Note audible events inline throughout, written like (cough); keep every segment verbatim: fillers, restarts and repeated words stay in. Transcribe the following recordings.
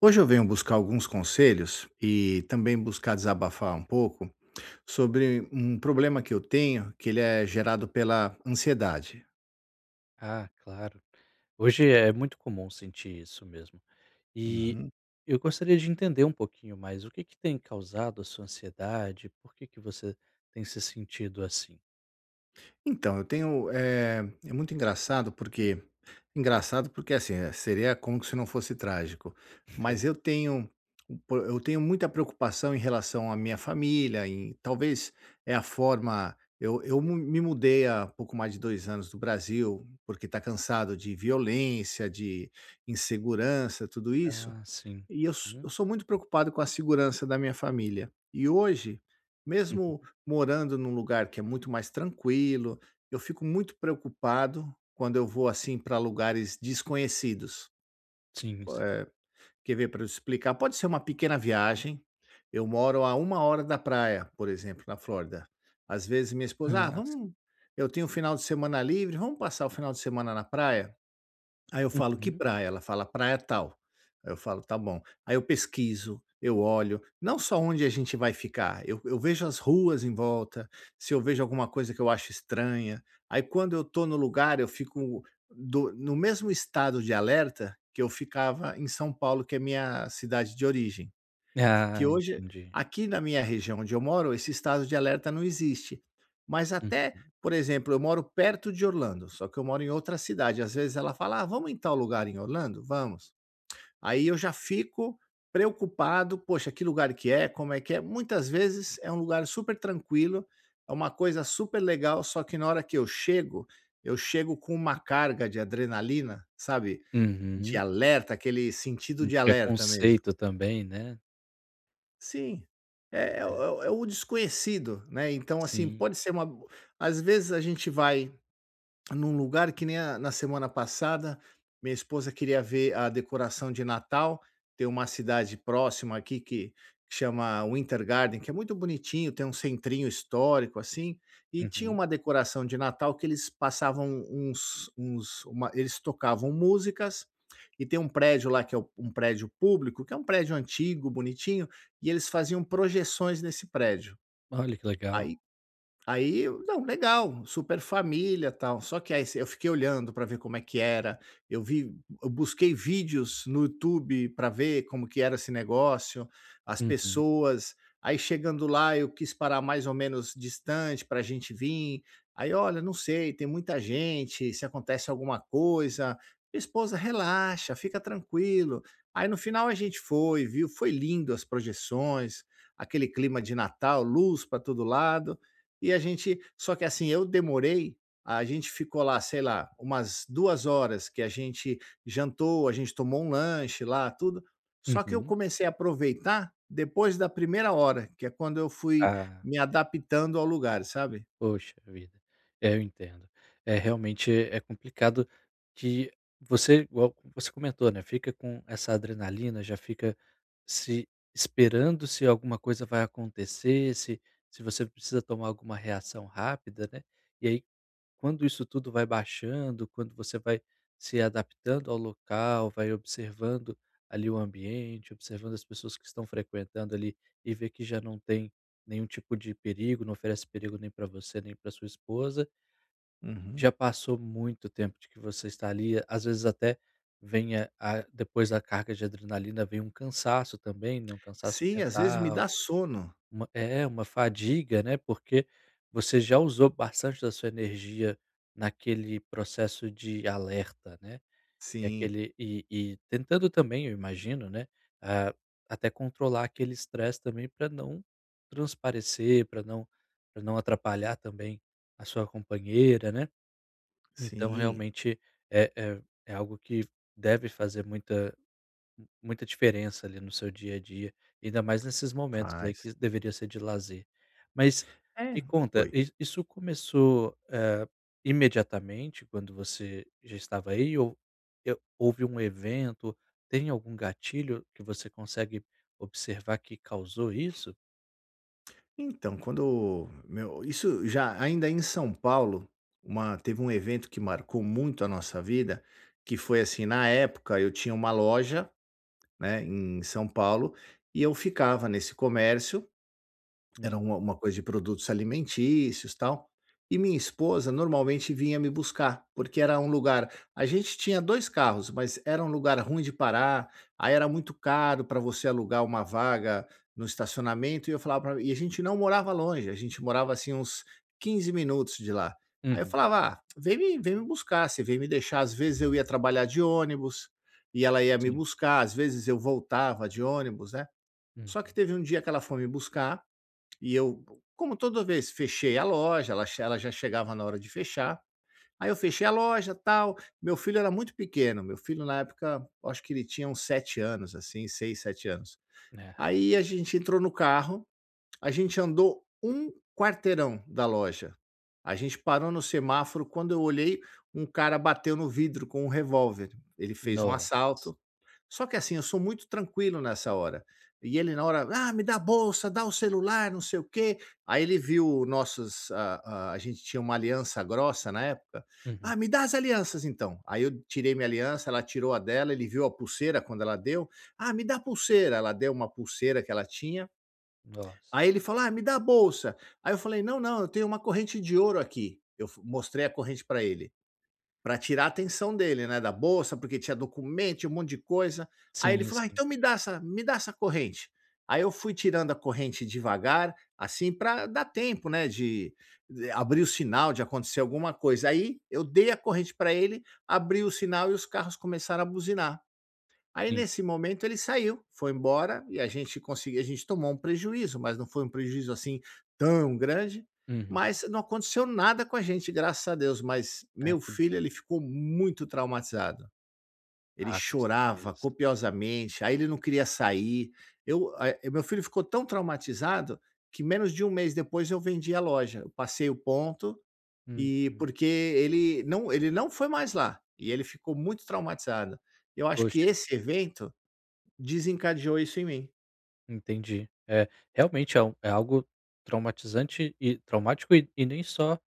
Hoje eu venho buscar alguns conselhos e também buscar desabafar um pouco sobre um problema que eu tenho, que ele é gerado pela ansiedade. Ah, claro. Hoje é muito comum sentir isso mesmo. E Uhum. eu gostaria de entender um pouquinho mais o que que tem causado a sua ansiedade, por que que você tem se sentido assim? Então, eu tenho, eh, é muito engraçado porque engraçado porque, assim, eh, seria como se não fosse trágico, mas É. eu tenho um po eu tenho muita preocupação em relação à minha família, em talvez é a forma eu eu mu me mudei há pouco mais de dois anos do Brasil, porque está cansado de violência, de insegurança, tudo isso, Ah, sim. e eu s eu Hum, sou muito preocupado com a segurança da minha família. E hoje, mesmo uhum. morando num lugar que é muito mais tranquilo, eu fico muito preocupado quando eu vou, assim, para lugares desconhecidos. Sim, sim. Quer ver, para eu explicar? Pode ser uma pequena viagem, eu moro a uma hora da praia, por exemplo, na Flórida. Às vezes minha esposa: "Ah, Ah, sim. vamos eu tenho o final de semana livre, vamos passar o final de semana na praia?" Aí eu falo: "Que Uhum. praia?" Ela fala: "Praia tal". Aí eu falo: "Tá bom". Aí eu pesquiso, eu olho, não só onde a gente vai ficar, eu eu vejo as ruas em volta, se eu vejo alguma coisa que eu acho estranha. Aí quando eu tô no lugar, eu fico do no mesmo estado de alerta que eu ficava em São Paulo, que é minha cidade de origem. Ah, Que hoje, entendi. aqui na minha região onde eu moro, esse estado de alerta não existe. Mas Uhum. até, por exemplo, eu moro perto de Orlando, só que eu moro em outra cidade. Às vezes ela fala: "Ah, vamos em tal lugar em Orlando? Vamos". Aí eu já fico preocupado: "Poxa, que lugar que é? Como é que é?". Muitas vezes é um lugar super tranquilo, é uma coisa super legal, só que na hora que eu chego, eu chego com uma carga de adrenalina, sabe, de Uhum. alerta, aquele sentido Um de alerta mesmo. preconceito também, né? Sim, é é o É, é o é o desconhecido, né, então, assim, sim. pode ser uma às vezes a gente vai num lugar que nem a na semana passada, minha esposa queria ver a decoração de Natal. Tem uma cidade próxima aqui que que chama Winter Garden, que é muito bonitinho, tem um centrinho histórico, assim, e tinha Uhum. uma decoração de Natal que eles passavam uns uns uma eles tocavam músicas, e tem um prédio lá que é o- um prédio público, que é um prédio antigo, bonitinho, e eles faziam projeções nesse prédio. Olha que legal. Aí Aí eu não, legal, super família, tal. Só que aí eu fiquei olhando para ver como é que era, eu vi eu busquei vídeos no YouTube para ver como que era esse negócio, as Uhum, pessoas. Aí chegando lá, eu quis parar mais ou menos distante para a gente vir. Aí: "Olha, não sei, tem muita gente, se acontece alguma coisa". Minha esposa: "Relaxa, fica tranquilo". Aí no final a gente foi, viu, foi lindo as projeções, aquele clima de Natal, luz para todo lado. E a gente Só que assim, eu demorei, a gente ficou lá, sei lá, umas duas horas que a gente jantou, a gente tomou um lanche lá, tudo. Só que eu uhum. comecei a aproveitar depois da primeira hora, que é quando eu fui Ah. me adaptando ao lugar, sabe. Poxa vida, é, eu entendo. É, realmente é complicado que você, igual você comentou, né, fica com essa adrenalina, já fica se esperando se alguma coisa vai acontecer, se se você precisa tomar alguma reação rápida, né, e aí quando isso tudo vai baixando, quando você vai se adaptando ao local, vai observando ali o ambiente, observando as pessoas que estão frequentando ali e vê que já não tem nenhum tipo de perigo, não oferece perigo nem para você, nem para sua esposa. Uhum. Já passou muito tempo de que você está ali, às vezes até vem a, a- depois da carga de adrenalina vem um cansaço também, né? Um cansaço Sim, às vezes me mental, dá sono. uma é, uma fadiga, né, porque você já usou bastante da sua energia naquele processo de alerta, né, e Sim, aquele e e tentando também, eu imagino, né, ah, até controlar aquele estresse também para não transparecer, para não para não atrapalhar também a sua companheira, né. Então sim, realmente é é é algo que deve fazer muita M muita diferença ali no seu dia a dia, ainda mais nesses momentos aí faz. que deveria ser de lazer. Mas É. me conta, Oi. i isso começou, eh, imediatamente quando você já estava aí ou eu houve um evento, tem algum gatilho que você consegue observar que causou isso? Então, quando meu isso já ainda em São Paulo, uma teve um evento que marcou muito a nossa vida, que foi assim, na época eu tinha uma loja, né, em São Paulo, e eu ficava nesse comércio, Hum, era uma uma coisa de produtos alimentícios, tal. E minha esposa normalmente vinha me buscar, porque era um lugar a gente tinha dois carros, mas era um lugar ruim de parar, aí era muito caro para você alugar uma vaga no estacionamento, e eu falava pra e a gente não morava longe, a gente morava, assim, uns quinze minutos de lá. Aí eu uhum, falava: "Ah, vem me vem me buscar, você vem me deixar". Às vezes eu ia trabalhar de ônibus, e ela ia me sim, buscar, às vezes eu voltava de ônibus, né. Só que uhum, teve um dia que ela foi me buscar e eu, como toda vez, fechei a loja, ela che ela já chegava na hora de fechar. Aí eu fechei a loja, tal. Meu filho era muito pequeno, meu filho na época, acho que ele tinha uns sete anos, assim, seis sete anos. é, Aí a gente entrou no carro. A gente andou um quarteirão da loja. A gente parou no semáforo, quando eu olhei, um cara bateu no vidro com um revólver. Ele fez um nossa, assalto. Só que assim, eu sou muito tranquilo nessa hora. E ele na hora: "Ah, me dá a bolsa, dá o celular, não sei o quê". Aí ele viu nossos, a, a, a gente tinha uma aliança grossa na época. uhum, "Ah, me dá as alianças então". Aí eu tirei minha aliança, ela tirou a dela, ele viu a pulseira quando ela deu. "Ah, me dá a pulseira". Ela deu uma pulseira que ela tinha. nossa, Aí ele falou: "Ah, me dá a bolsa". Aí eu falei: "Não, não, eu tenho uma corrente de ouro aqui". Eu f mostrei a corrente para ele, para tirar a atenção dele, né, da bolsa, porque tinha documento, tinha um monte de coisa. Aí sim, ele falou: "Ah, sim, então me dá essa me dá essa corrente". Aí eu fui tirando a corrente devagar, assim, para dar tempo, né, de de abrir o sinal, de acontecer alguma coisa. Aí eu dei a corrente para ele, abri o sinal e os carros começaram a buzinar. Aí sim, nesse momento ele saiu, foi embora e a gente conseguiu a gente tomou um prejuízo, mas não foi um prejuízo, assim, tão grande, uhum. mas não aconteceu nada com a gente, graças a Deus, mas Ah, meu que filho, bom, ele ficou muito traumatizado. Ele ah, com chorava certeza, copiosamente, aí ele não queria sair. Eu a Meu filho ficou tão traumatizado que menos de um mês depois eu vendi a loja. Eu passei o ponto uhum, e porque ele não ele não foi mais lá, e ele ficou muito traumatizado. Eu acho que poxa. esse evento desencadeou isso em mim. Entendi. É, realmente é um é algo traumatizante e traumático e e nem só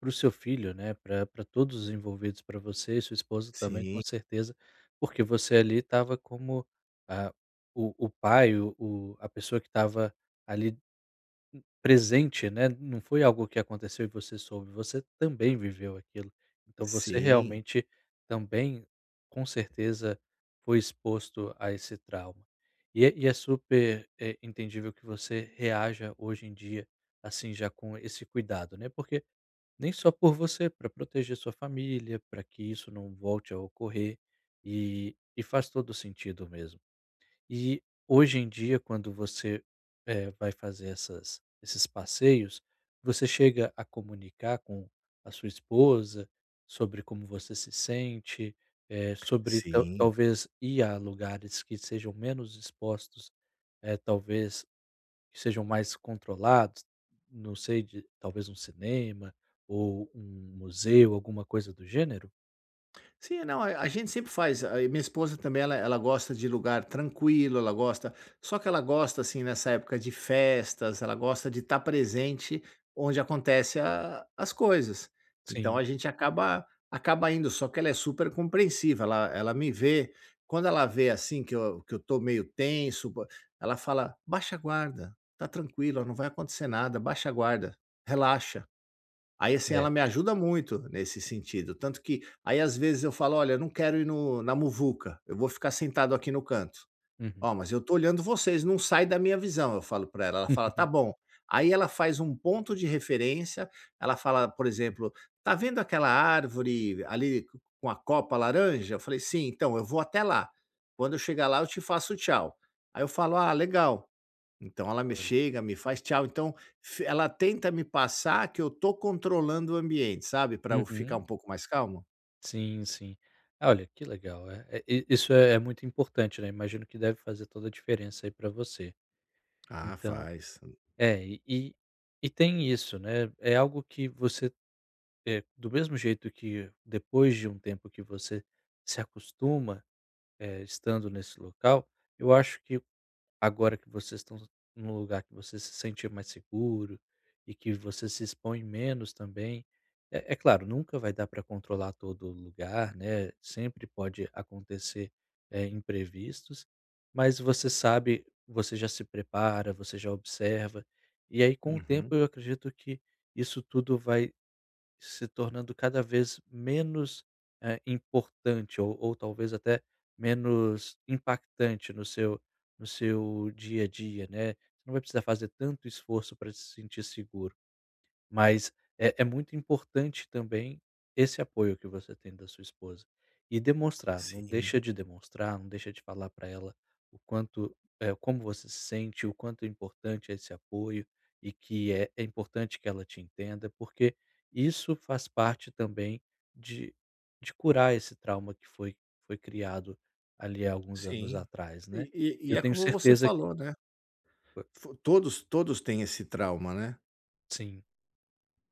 para o seu filho, né. Para pra todos os envolvidos, para você e sua esposa também, com Sim, certeza, porque você ali estava como, ah, o o pai, o o a pessoa que estava ali presente, né, não foi algo que aconteceu e você soube, você também viveu aquilo. Então você sim, realmente também, com certeza, foi exposto a esse trauma. E é e é super, eh, entendível que você reaja hoje em dia, assim, já com esse cuidado, né, porque nem só por você, para proteger sua família, para que isso não volte a ocorrer, e e faz todo sentido mesmo. E hoje em dia, quando você, eh, vai fazer essas esses passeios, você chega a comunicar com a sua esposa sobre como você se sente, eh, sobre tal sim. talvez ir a lugares que sejam menos expostos, eh, talvez que sejam mais controlados, não sei, de talvez um cinema ou um museu, alguma coisa do gênero? Sim, é, não, a a gente sempre faz, a minha esposa também ela ela gosta de lugar tranquilo, ela gosta só que ela gosta, assim, nessa época de festas, ela gosta de estar presente onde acontece as coisas. Então Sim, a gente acaba acaba indo, só que ela é super compreensiva, ela ela me vê, quando ela vê, assim, que eu que eu estou meio tenso, ba ela fala: "Baixa a guarda, tá tranquilo, não vai acontecer nada, baixa a guarda, relaxa". Aí, assim, é. ela me ajuda muito nesse sentido, tanto que aí às vezes eu falo: "Olha, eu não quero ir no na muvuca, eu vou ficar sentado aqui no canto". Uhum. "Ó, mas eu tô olhando vocês, não sai da minha visão", eu falo pra ela. Ela fala: "Tá (laughs) bom". Aí ela faz um ponto de referência, ela fala, por exemplo: "Tá vendo aquela árvore ali com a copa laranja?" Eu falei: "Sim, então eu vou até lá. Quando eu chegar lá eu te faço tchau". Aí eu falo: "Ah, legal". Então ela me Olha. chega, me faz tchau, então f ela tenta me passar que eu tô controlando o ambiente, sabe, para eu ficar Uhum. um pouco mais calmo. Sim, sim. Ah, olha, que legal, é é i isso é é muito importante, né, imagino que deve fazer toda a diferença aí para você. Ah, Então faz. é, e e e tem isso, né, é algo que você, eh, do mesmo jeito que depois de um tempo que você se acostuma, eh, estando nesse local, eu acho que agora que vocês estão num lugar que você se sente mais seguro e que você se expõe menos também. É, é claro, nunca vai dar para controlar todo lugar, né? Sempre pode acontecer, é, imprevistos, mas você sabe, você já se prepara, você já observa, e aí com o Uhum. tempo eu acredito que isso tudo vai se tornando cada vez menos, eh, importante ou ou talvez até menos impactante no seu no seu dia a dia, né. Você não vai precisar fazer tanto esforço para se sentir seguro. Mas é é muito importante também esse apoio que você tem da sua esposa. E demonstrar, não Sim, deixa de demonstrar, não deixa de falar para ela o quanto é como você se sente, o quanto é importante esse apoio e que é é importante que ela te entenda, porque isso faz parte também de de curar esse trauma que foi foi criado ali há alguns anos sim. atrás, E né. e e Eu É tenho como você certeza que falou, né, fo todos todos têm esse trauma, né. sim,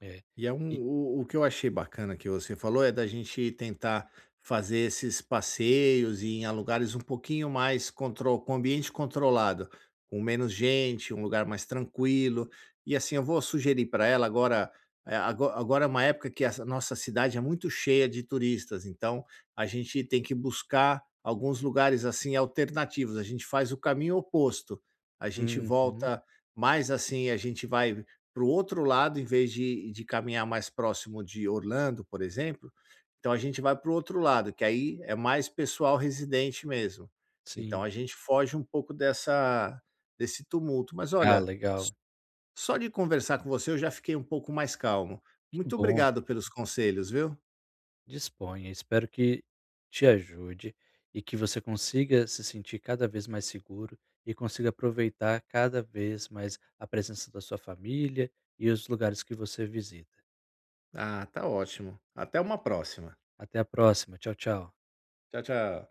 é. E, é E um o o que eu achei bacana que você falou é da gente tentar fazer esses passeios e em lugares um pouquinho mais contro com ambiente controlado, com menos gente, um lugar mais tranquilo. E assim, eu vou sugerir para ela agora, eh, ago agora é uma época que essa nossa cidade é muito cheia de turistas, então a gente tem que buscar alguns lugares, assim, alternativos, a gente faz o caminho oposto. A gente uhum, volta mais assim, a gente vai para o outro lado, em vez de de caminhar mais próximo de Orlando, por exemplo, então a gente vai para o outro lado, que aí é mais pessoal residente mesmo. Então sim. a gente foge um pouco dessa desse tumulto. Mas Ah, olha, s legal. só de conversar com você eu já fiquei um pouco mais calmo. Que Muito bom, obrigado que pelos bom. conselhos, viu. Disponha. Espero que te ajude e que você consiga se sentir cada vez mais seguro e consiga aproveitar cada vez mais a presença da sua família e os lugares que você visita. Ah, tá ótimo. Até uma próxima. Até a próxima. Tchau, tchau. Tchau, tchau.